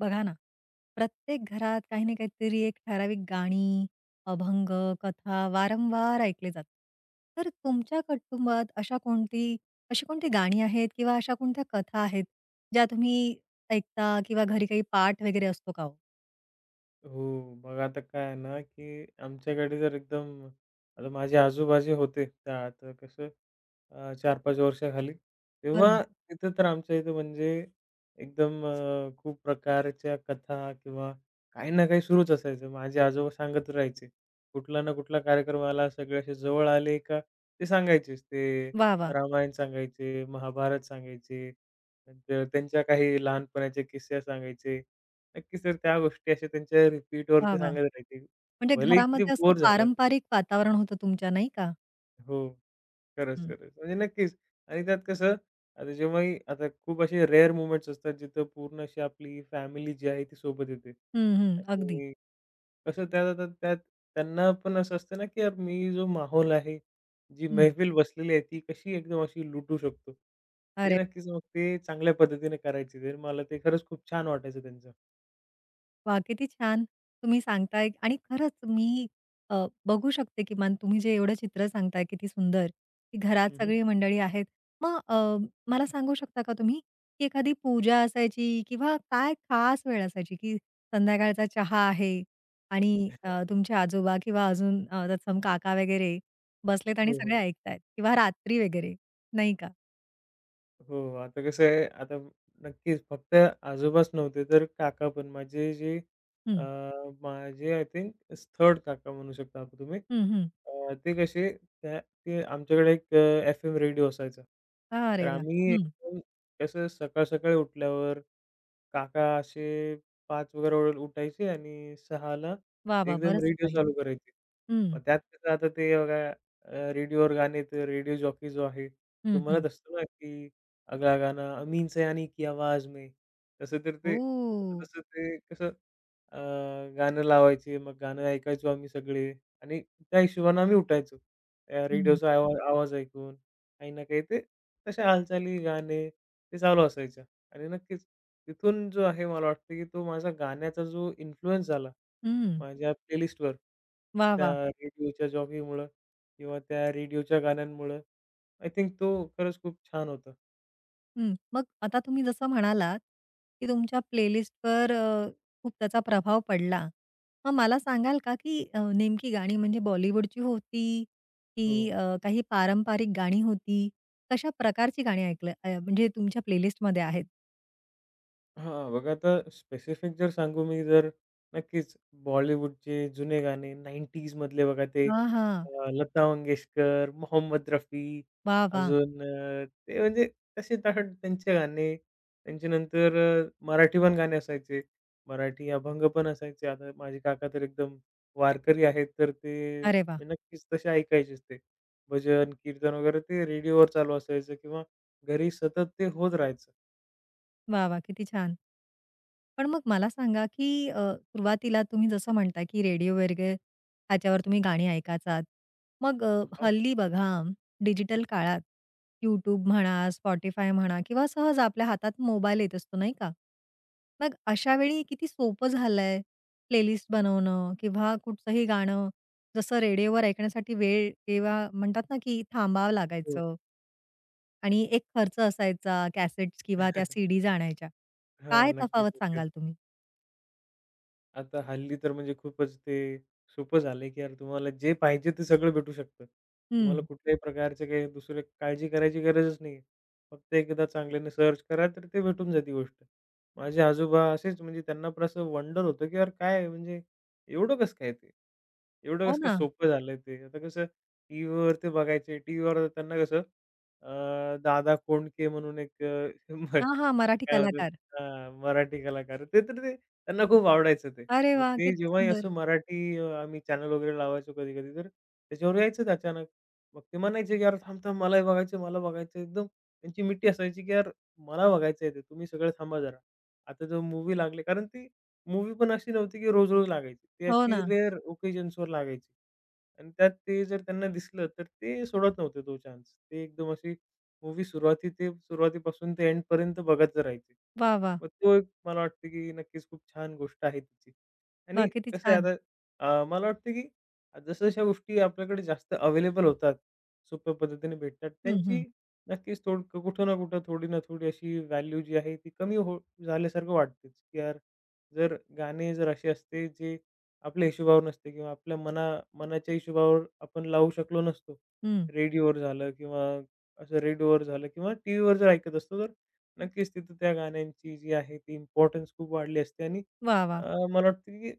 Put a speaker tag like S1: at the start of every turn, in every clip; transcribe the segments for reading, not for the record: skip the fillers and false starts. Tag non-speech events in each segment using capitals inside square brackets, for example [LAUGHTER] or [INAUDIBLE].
S1: बघा ना, प्रत्येक घरात काही ना काहीतरी एक ठराविक गाणी, अभंग, कथा वारंवार ऐकले जातात. तर तुमच्या कुटुंबात अशा कोणती अशी कोणती गाणी आहेत किंवा अशा कोणत्या कथा आहेत, ज्या तुम्ही ऐकता किंवा घरी काही पाठ वगैरे असतो का हो?
S2: हो. बघा आता काय आहे ना, की आमच्याकडे जर एकदम आता माझे आजोबा जे होते त्या आता कसं 4-5 वर्षाखाली, तेव्हा
S1: बरं.
S2: तिथं तर आमच्या इथं म्हणजे एकदम खूप प्रकारच्या कथा किंवा काही ना काही सुरूच असायचं. माझे आजोबा सांगत राहायचे. कुठला ना कुठला कार्यक्रम आला, सगळे असे जवळ आले का ते सांगायचेच. ते
S1: वाह, वाह!
S2: रामायण सांगायचे, महाभारत सांगायचे, नंतर त्यांच्या काही लहानपणाचे किस्से सांगायचे. नक्कीच तर त्या गोष्टी अशा त्यांच्या
S1: वाह,
S2: रिपीटवरती
S1: वाह!
S2: सांगत राहायचे.
S1: म्हणजे
S2: भलेही किती
S1: घरामध्ये असं
S2: बोर झालं.
S1: पारंपरिक वातावरण होतं तुमच्या नाही का?
S2: हो. खरंच,
S1: हं.
S2: खरंच. म्हणजे नक्कीच आणि त्यात कसं आता जेव्हाही आता खूप असे रेअर मोमेंट्स असतात, जिथं पूर्ण अशी आपली फॅमिली जी आहे ती सोबत येते.
S1: हं, हं. अगदी.
S2: आणि कसं त्यात आता त्यात त्यांना पण असं असतं ना, की यार मी जो माहोल आहे, जी
S1: हं.
S2: मैफिल बसलेली आहे, ती कशी एकदम अशी लुटू शकतो. ते
S1: अरे
S2: नक्कीच मग ते चांगल्या पद्धतीने करायचे. तर मला ते खरंच खूप छान वाटायचं त्यांचं.
S1: वाह! किती छान तुम्ही सांगताय आणि खरंच मी बघू शकते किमान तुम्ही जे एवढं चित्र सांगताय किती सुंदर, की घरात
S2: हं,
S1: सगळी मंडळी आहेत. मग मला सांगू शकता का तुम्ही, की एखादी पूजा असायची किंवा काय खास वेळ असायची, की संध्याकाळचा चहा आहे आणि
S2: [LAUGHS]
S1: तुमचे आजोबा किंवा अजून तत्सम काका वगैरे बसलेत आणि
S2: हो, हो.
S1: सगळे ऐकतायत किंवा रात्री वगैरे नाही का?
S2: हो, आता कसं आहे, आता नक्कीच फक्त आजोबाच नव्हते, तर काका पण माझे जे अ,
S1: हं,
S2: माझे आय थिंक थर्ड काका म्हणू शकता आता तुम्ही.
S1: हं, हं.
S2: ते कसे त्या ते आमच्याकडे एक एफ-एम रेडिओ असायचा. तर
S1: अरे वाह!
S2: आम्ही
S1: हं.
S2: एकदम कसं सकाळ-सकाळी उठल्यावर काका असे 5 वगैरे वेळेला उठायचे आणि 6ला
S1: वाह, वाह!
S2: एकदम
S1: बरंच
S2: रेडिओ
S1: सकाळी.
S2: चालू करायचे.
S1: हं,
S2: मग त्यात कसं आता ते बघा रेडिओवर गाणे तर रेडिओ जॉकी जो आहे,
S1: हं,
S2: तो
S1: हं.
S2: म्हणत असतो ना, की "अगला गाना अमीन सयानी की आवाज में." तसं तर ते तसं
S1: ओह!
S2: तसं ते कसं अ, गाणं लावायचे. मग गाणं ऐकायचो आम्ही सगळे आणि त्या हिशोबाने आम्ही उठायचो. त्या
S1: हं,
S2: रेडिओचा आवाज ऐकून काही ना काही ते तशा हालचाली, गाणे ते चालू असायचे. आणि नक्कीच तिथून जो आहे मला वाटतं, की तो माझा गाण्याचा जो इन्फ्लुअन्स झाला
S1: हं.
S2: माझ्या प्लेलिस्टवर,
S1: वाह!
S2: त्या
S1: वाह!
S2: रेडिओच्या जॉकीमुळं किंवा त्या रेडिओच्या गाण्यांमुळं, आय थिंक तो खरंच खूप छान होता.
S1: हं. मग आता तुम्ही जसं म्हणालात, की तुमच्या प्लेलिस्टवर खूप त्याचा प्रभाव पडला. मग मला सांगाल का, की नेमकी गाणी म्हणजे बॉलिवूडची होती,
S2: हो.
S1: की काही पारंपरिक गाणी होती? कशा प्रकारची गाणी ऐकलं म्हणजे तुमच्या प्लेलिस्टमध्ये आहेत?
S2: हां, बघा आता स्पेसिफिक जर सांगू मी जर नक्कीच बॉलिवूडचे जुने गाणे 90s मधले बघा ते
S1: हां, हां.
S2: लता मंगेशकर, मोहम्मद रफी
S1: वाह! वाह!
S2: अजून ते म्हणजे तसे तर त्यांचे गाणे. त्यांच्यानंतर मराठी पण गाणे असायचे. मराठी अभंग पण असायचे. आता माझे काका तर एकदम वारकरी आहेत, तर ते
S1: अरे वाह!
S2: नक्कीच तसे ऐकायचेच ते. भजन, कीर्तन वगैरे ते रेडिओवर चालू असायचं किंवा घरी सतत ते होत राहायचं.
S1: वाह! वाह! किती छान. पण मग मला सांगा, की सुरुवातीला तुम्ही जसं म्हणता, की रेडिओ वगैरे ह्याच्यावर तुम्ही गाणी ऐकायचात. मग
S2: हां,
S1: हल्ली बघा डिजिटल काळात YouTube म्हणा, Spotify म्हणा किंवा सहज आपल्या हातात मोबाईल येत असतो, नाही का? मग अशा वेळी किती सोपं झालंय प्लेलिस्ट बनवणं किंवा कुठचंही गाणं जसं रेडिओवर ऐकण्यासाठी वेळ किंवा म्हणतात ना, की थांबावं
S2: हो.
S1: लागायचं आणि एक खर्च असायचा कॅसेट्स किंवा त्या
S2: [LAUGHS]
S1: सीडीज आणायच्या.
S2: हा,
S1: काय
S2: नक्कीच,
S1: तफावत
S2: नक्कीच.
S1: सांगाल तुम्ही?
S2: आता हल्ली तर म्हणजे खूपच ते सोपं झालंय, की यार तुम्हाला जे पाहिजे ते सगळं भेटू शकतं. तुम्हाला
S1: हं.
S2: कुठल्याही प्रकारचे काही दुसरे काळजी करायची गरजच नाहीये. फक्त एकदा चांगल्याने सर्च करा तर ते भेटून जाते गोष्ट. माझे आजोबा असेच म्हणजे त्यांना पण असं वंडर होतं, की यार काय म्हणजे एवढं कसं काय ते? एवढं
S1: हो
S2: कसं काय
S1: ना.
S2: सोपं झालंय ते? आता कसं टीव्हीवर ते बघायचे. टीव्हीवर त्यांना कसं दादा कोंडके म्हणून एक [LAUGHS]
S1: हां, हां. मराठी
S2: काय म्हणतात
S1: कलाकार.
S2: हां, मराठी कलाकार. ते तर ते त्यांना खूप आवडायचं ते.
S1: अरे
S2: मग
S1: वाह!
S2: ते
S1: किती
S2: जेव्हाही
S1: सुंदर.
S2: असं मराठी आम्ही चॅनल वगैरे लावायचो कधी-कधी, तर त्याच्यावर यायचंच अचानक. मग ते म्हणायचे, की "यार थांब-थांब मलाही बघायचं, मला बघायचं." एकदम त्यांची मिठी असायची, की "यार मला बघायचंय ते, तुम्ही सगळे थांबा जरा." आता जो मूव्ही लागले कारण ती मूव्ही पण अशी नव्हती, की रोज-रोज लागायची. ती
S1: हो
S2: अशी
S1: ना.
S2: रेअर ओकेजन्सवर लागायची. आणि त्यात ते जर त्यांना दिसलं, तर ते सोडत नव्हते तो चान्स. ते एकदम अशी मूव्ही सुरुवातीपासून ते एंडपर्यंत बघत राहायचे.
S1: वाह, वाह!
S2: मग तो एक मला वाटतं, की नक्कीच खूप छान गोष्ट आहे तिची. आणि
S1: वाह! किती
S2: कसं आहे
S1: छान.
S2: आता मला वाटतं की जसं-जशा गोष्टी आपल्याकडे जास्त अवेलेबल होतात, सोप्या पद्धतीने भेटतात,
S1: हं,
S2: त्यांची
S1: हं,
S2: नक्कीच थोड कुठं ना कुठं, थोडी ना थोडी अशी व्हॅल्यू जी आहे ती कमी हो झाल्यासारखं वाटतेच, की यार जर गाणे जर असे असते जे आपल्या हिशोबावर नसते किंवा आपल्या मनाच्या हिशोबावर आपण लावू शकलो नसतो.
S1: हं.
S2: रेडिओवर झालं किंवा असं रेडिओवर झालं किंवा टीव्हीवर जर ऐकत असतो तर नक्कीच तिथं त्या गाण्यांची जी आहे ती इम्पॉर्टन्स खूप वाढली असते आणि
S1: वाह, वाह!
S2: मला वाटतं की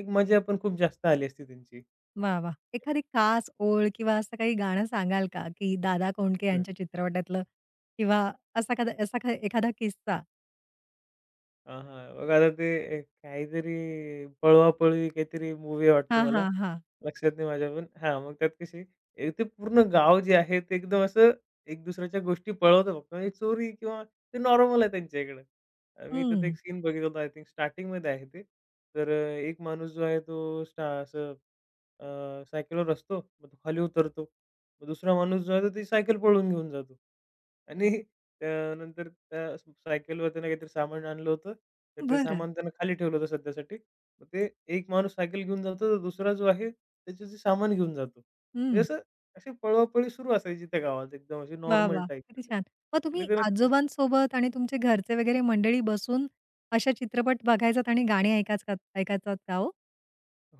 S2: एक मजा पण खूप जास्त आली असती त्यांची.
S1: वाह, वाह! एखादी खास ओळ किंवा असं काही गाणं सांगाल का, की दादा कोंडके
S2: हं.
S1: यांच्या चित्रपटातलं किंवा असा काही एखादा किस्सा?
S2: हां, हां. बघा आता ते एक काहीतरी पळवापळवी काहीतरी मूव्ही वाटतो
S1: हां,
S2: मला.
S1: हां, हां.
S2: लक्षात नाही माझ्या पण. हां, मग त्यात कशी ए, ते पूर्ण गाव जे आहे ते एकदम असं एक दुसऱ्याच्या गोष्टी पळवतं फक्त म्हणजे चोरी किंवा ते नॉर्मल आहे त्यांच्या इकडं. मी त्यात एक
S1: हं.
S2: सीन बघितला होता आय थिंक स्टार्टिंगमध्ये आहे ते. तर एक माणूस जो आहे तो असं अ, सायकलवर असतो, मग तो खाली उतरतो. मग दुसरा माणूस जो आहे, तो ती सायकल पळवून घेऊन जातो. आणि त्यानंतर त्या सायकलवर त्यानं काहीतरी सामान आणलं होतं. तर ते
S1: बरं.
S2: सामान त्यानं खाली ठेवलं होतं सध्यासाठी. मग ते एक माणूस सायकल घेऊन जातो, तर दुसरा जो आहे, त्याचं ते सामान घेऊन जातो. म्हणजे
S1: हं.
S2: असं अशी पळवापळी सुरू असायची त्या गावात एकदम अशी
S1: वाह,
S2: नॉर्मल
S1: वाह! किती
S2: टाईपमध्ये.
S1: छान. मग तुम्ही
S2: आणि ते
S1: आजोबांसोबत आणि तुमचे घरचे वगैरे मंडळी बसून अशा चित्रपट बघायचात आणि गाणी ऐकायचात का हो?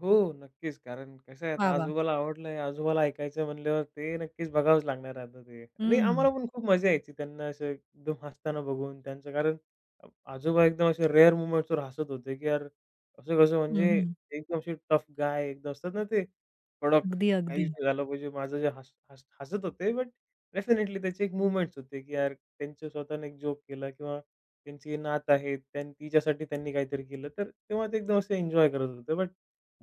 S2: हो, नक्कीच. कारण कसं आहे
S1: वाह,
S2: आता
S1: वाह!
S2: आजोबाला आवडलंय, आजोबाला ऐकायचं म्हणल्यावर ते नक्कीच बघावंच लागणार आता ते. आणि
S1: हं.
S2: आम्हाला पण खूप मजा यायची त्यांना असं एकदम हसताना बघून त्यांचं कारण अ, आजोबा एकदम असे रेअर मोमेंट्सवर हसत होते, की यार असं कसं
S1: हं,
S2: म्हणजे
S1: हं.
S2: एकदम असे टफ गाय एकदम असतात ना ते कडक,
S1: अगदी, अगदी.
S2: काहीच नाही झालं पाहिजे. माझं जे हस हस हसत होते बट डेफिनेटली त्याचे एक मूव्हमेंट्स होते, की यार त्यांचं स्वतःने एक जोक केला किंवा त्यांची नात आहे तिच्यासाठी त्यांनी काहीतरी केलं. तर तेव्हा ते एकदम असे एन्जॉय करत होते. बट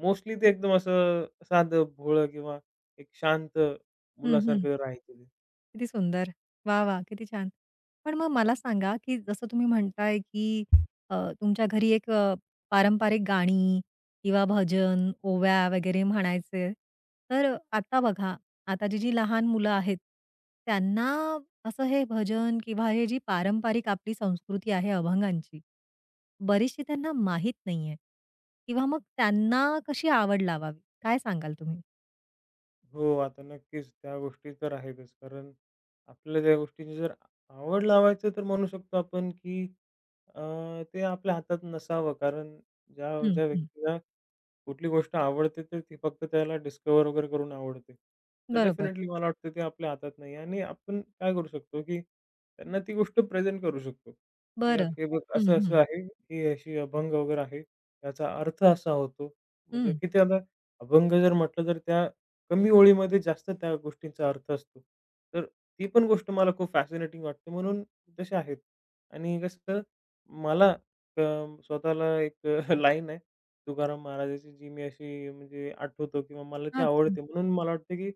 S2: मोस्टली ते एकदम असं साधं, भोळं किंवा एक शांत
S1: हं, हं.
S2: मुलासारखं राहायचे ते.
S1: किती सुंदर. वाह, वाह! किती छान. पण मग मला सांगा, की जसं तुम्ही म्हणताय, की अ, तुमच्या घरी एक पारंपरिक गाणी किंवा भजन, ओव्या वगैरे म्हणायचे. तर आता बघा, आताची जी लहान मुलं आहेत, त्यांना असं हे भजन किंवा हे जी पारंपरिक आपली संस्कृती आहे अभंगांची, बरीचशी त्यांना माहीत नाहीये किंवा मग त्यांना कशी आवड लावावी? काय सांगाल तुम्ही?
S2: हो, आता नक्कीच त्या गोष्टी तर आहेतच. कारण आपल्याला त्या गोष्टीची जर आवड लावायचं तर म्हणू शकतो आपण, की अ, ते आपल्या हातात नसावं. कारण ज्या
S1: हं,
S2: ज्या
S1: हं.
S2: व्यक्तीला कुठली गोष्ट आवडते तर ती फक्त त्याला डिस्कव्हर वगैरे करून आवडते. तर
S1: बरोबर.
S2: डेफिनेटली मला वाटतं ते आपल्या हातात नाही आहे. आणि आपण काय करू शकतो, की त्यांना ती गोष्ट प्रेझेंट करू शकतो, की "यार
S1: बरं.
S2: हे बघ
S1: हं,
S2: असं-असं
S1: हं.
S2: आहे, ही अशी अभंग वगैरे आहे, याचा अर्थ असा होतो." म्हणजे
S1: हं.
S2: किती आता अभंग जर म्हटलं तर त्या कमी ओळीमध्ये जास्त त्या गोष्टींचा अर्थ असतो. तर ती पण गोष्ट मला खूप फॅसिनेटिंग वाटते म्हणून तसे आहेत आणि कसं मला अ, स्वतःला एक [LAUGHS] लाईन आहे. तुकाराम महाराजाची जी मी अशी म्हणजे आठवतो किंवा मला ती
S1: अच्छा.
S2: आवडते. म्हणून मला वाटतं की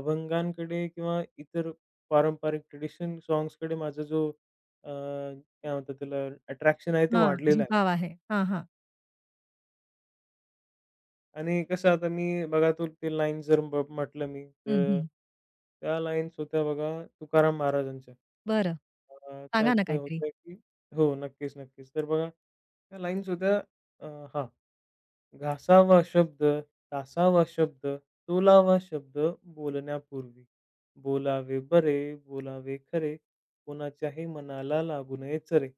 S2: अभंगांकडे किंवा इतर पारंपरिक ट्रेडिशन सॉन्ग्सकडे माझा जो काय म्हणतात त्याला अट्रॅक्शन आहे ते
S1: हां,
S2: वाढलेलं आहे.
S1: झुकाव आहे. हां, हां.
S2: आणि कसं आता मी बघा तो ते लाईन जर म्हटलं मी
S1: हं,
S2: तर
S1: हं.
S2: त्या लाईन्स होत्या बघा तुकाराम महाराजांच्या.
S1: बरं. सांगा ना
S2: त्यात
S1: काहीतरी.
S2: होतं की हो, नक्कीच, नक्कीच. तर बघा त्या लाईन्स होत्या अ, हां. घासावा शब्द, तासावा शब्द, तोलावा शब्द बोलण्यापूर्वी. बोलावे बरे, बोलावे खरे, कोणाच्याही मनाला लागू नये चरे.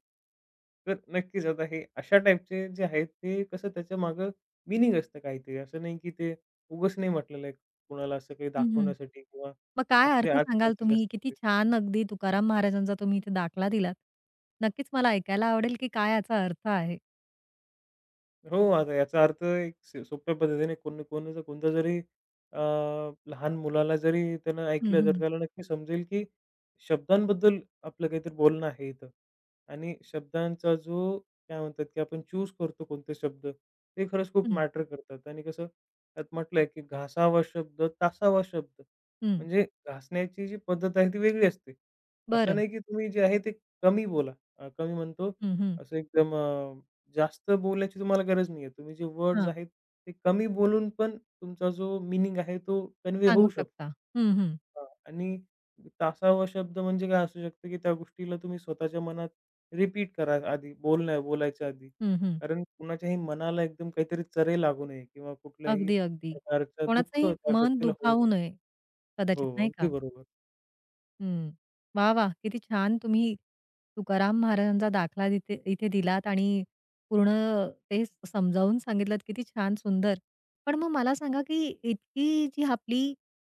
S2: तर नक्कीच आता हे अशा टाईपचे जे आहेत ते कसं त्याच्यामागं मीनिंग असतं काहीतरी. असं नाही की ते उगाच नाही म्हटलेलं आहे कोणाला असं काही
S1: हं, हं.
S2: दाखवण्यासाठी किंवा
S1: मग काय अर्थ
S2: आजच्या आज
S1: सांगाल
S2: त्यांची
S1: तुम्ही?
S2: जास्त
S1: किती छान अगदी तुकाराम महाराजांचा तुम्ही इथे दाखला दिलात. नक्कीच मला ऐकायला आवडेल, की काय याचा अर्थ आहे?
S2: हो, आता याचा अर्थ एक सोप्या पद्धतीने कोण कोणाचा कोणता जरी अ, लहान मुलाला जरी त्यानं
S1: हं,
S2: ऐकलं, तर
S1: हं.
S2: त्याला नक्की समजेल, की शब्दांबद्दल आपलं काहीतरी बोलणं आहे इथं आणि शब्दांचा जो काय म्हणतात, की आपण चूज करतो कोणते शब्द, ते खरंच खूप
S1: हं,
S2: मॅटर करतात आणि कसं त्यात म्हटलंय, की "घासावा शब्द, तासावा शब्द."
S1: हं.
S2: म्हणजे घासण्याची जी पद्धत आहे ती वेगळी असते. असं
S1: बरं.
S2: नाही, की तुम्ही जे आहे ते कमी बोला. कमी म्हणतो
S1: हं, हं.
S2: असं एकदम जास्त बोलण्याची तुम्हाला गरज नाहीये. तुम्ही जे वर्ड्स
S1: हां,
S2: आहेत, ते कमी बोलून पण तुमचा जो मीनिंग आहे तो कन्वे होऊ
S1: सांगू
S2: शकतो.
S1: शकता. हं, हं.
S2: हां. आणि 10वा शब्द म्हणजे काय असू शकतं, की त्या गोष्टीला तुम्ही स्वतःच्या मनात रिपीट करा आधी बोलायच्या आधी.
S1: हं, हं.
S2: कारण कुणाच्याही मनाला एकदम काहीतरी चरे लागू नये किंवा कुठल्याही
S1: अगदी, अगदी.
S2: प्रकारचं दुःख
S1: कोणाचंही
S2: त्या
S1: मन
S2: व्यक्तीला होऊ
S1: दुखावू
S2: नये.
S1: नये.
S2: हो,
S1: कदाचित नाही
S2: अगदी
S1: का?
S2: बरोबर.
S1: हं. वाह! वाह! किती छान तुम्ही तुकाराम महाराजांचा दाखला तिथे इथे दिलात आणि पूर्ण ते समजावून सांगितलत. किती छान, सुंदर. पण मग मला सांगा, की इतकी जी आपली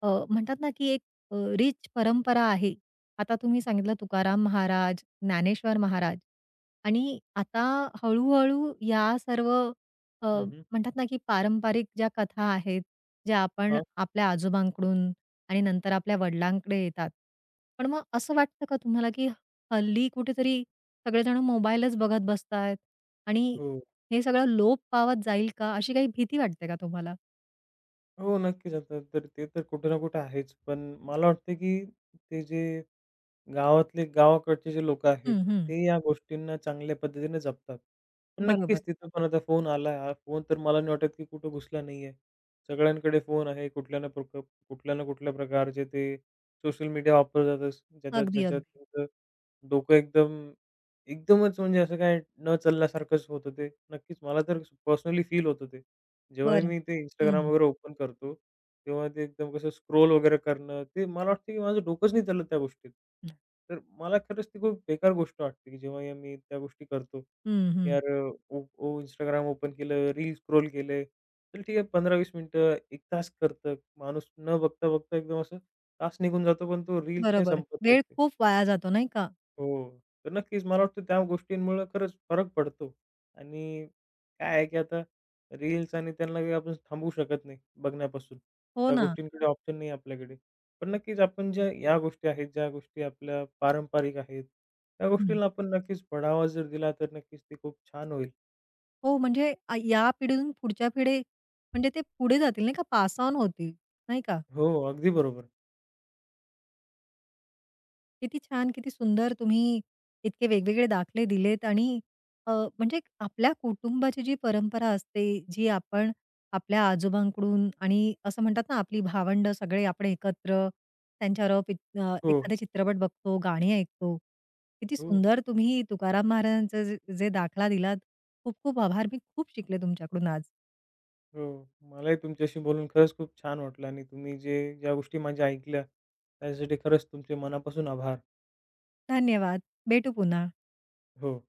S1: म्हणतात ना, की एक रिच परंपरा आहे. आता तुम्ही सांगितलं तुकाराम महाराज, ज्ञानेश्वर महाराज आणि आता हळू-हळू या सर्व अ,
S2: हं, हं.
S1: म्हणतात ना, की पारंपरिक ज्या कथा आहेत, ज्या आपण
S2: हां.
S1: आपल्या आजोबांकडून आणि नंतर आपल्या वडिलांकडे येतात. पण मग असं वाटतं का तुम्हाला, की हल्ली कुठेतरी सगळेजण मोबाईलच बघत बसतायत आणि
S2: हो.
S1: हे सगळं लोप पावत जाईल का, अशी काही भीती वाटते का तुम्हाला?
S2: हो, नक्कीच. आता तर ते तर कुठे ना कुठे आहेच. पण मला वाटतं, की ते जे गावातले गावाकडचे जे लोकं आहेत,
S1: हं, हं.
S2: ते या गोष्टींना चांगल्या पद्धतीने जपतात. पण
S1: बरोबर.
S2: नक्कीच तिथं पण आता फोन आला हा फोन तर मला नाही वाटत, की कुठं घुसला नाहीये. सगळ्यांकडे फोन आहे. कुठल्या ना कुठल्या प्रकारचे ते सोशल मीडिया वापरतातच. ज्याच्यात
S1: अगदी,
S2: ज्याच्यात
S1: अगदी.
S2: त्यांचं डोकं एकदमच म्हणजे असं काय न चालल्यासारखंच होतं ते. नक्कीच मला तर पर्सनली फील होतं ते. जेव्हाही
S1: बरं.
S2: मी ते Instagram
S1: हं.
S2: वगैरे ओपन करतो तेव्हा ते एकदम कसं स्क्रोल वगैरे करणं, ते मला वाटतं की माझं डोकंच नाही चाललं त्या गोष्टीत. तर मला खरंच ती खूप बेकार गोष्ट वाटते, की जेव्हा या मी त्या गोष्टी करतो.
S1: हं, हं.
S2: यार ओ ओ Instagram ओपन केलं, रील स्क्रोल केले. चल ठीक आहे 15-20 मिनिटं, 1 तास करतं. माणूस न बघता-बघता एकदम असं तास निघून जातो, पण तो रील्स काही
S1: बरोबर.
S2: संपत
S1: वेळ
S2: नाहीत.
S1: खूप वाया जातो नाही का?
S2: हो. तर नक्कीच मला वाटतं त्या गोष्टींमुळं खरंच फरक पडतो आणि काय आहे की आता रील्स आणि त्यांना काही आपण थांबवू शकत नाही बघण्यापासून.
S1: हो
S2: त्या
S1: ना.
S2: गोष्टींकडे ऑप्शन नाही आपल्याकडे. पण नक्कीच आपण ज्या या गोष्टी आहेत, ज्या गोष्टी आपल्या पारंपरिक आहेत, त्या
S1: हं.
S2: गोष्टीला आपण नक्कीच बढावा जर दिला तर नक्कीच ते खूप छान होईल.
S1: हो, म्हणजे या पिढीतून पुढच्या पिढी म्हणजे ते पुढे जातील नाही का, पास ऑन होतील, नाही का?
S2: हो, अगदी बरोबर.
S1: किती छान, किती सुंदर तुम्ही इतके वेगवेगळे दाखले दिलेत आणि अ, म्हणजे आपल्या कुटुंबाची जी परंपरा असते, जी आपण आपल्या आजोबांकडून आणि असं म्हणतात ना, आपली भावंड, सगळे आपण एकत्र त्यांच्याबरोबर
S2: हो,
S1: एखादा चित्रपट बघतो, गाणी ऐकतो. किती
S2: हो,
S1: सुंदर तुम्ही तुकाराम महाराजांचा जे जे दाखला दिलात. खूप खूप आभार. मी खूप शिकले तुमच्याकडून आज.
S2: हो. मलाही तुमच्याशी बोलून खरंच खूप छान वाटलं आणि तुम्ही जे ज्या गोष्टी माझ्या ऐकल्या त्यासाठी खरंच तुमचे मनापासून आभार.
S1: धन्यवाद. भेटू पुन्हा.
S2: हो.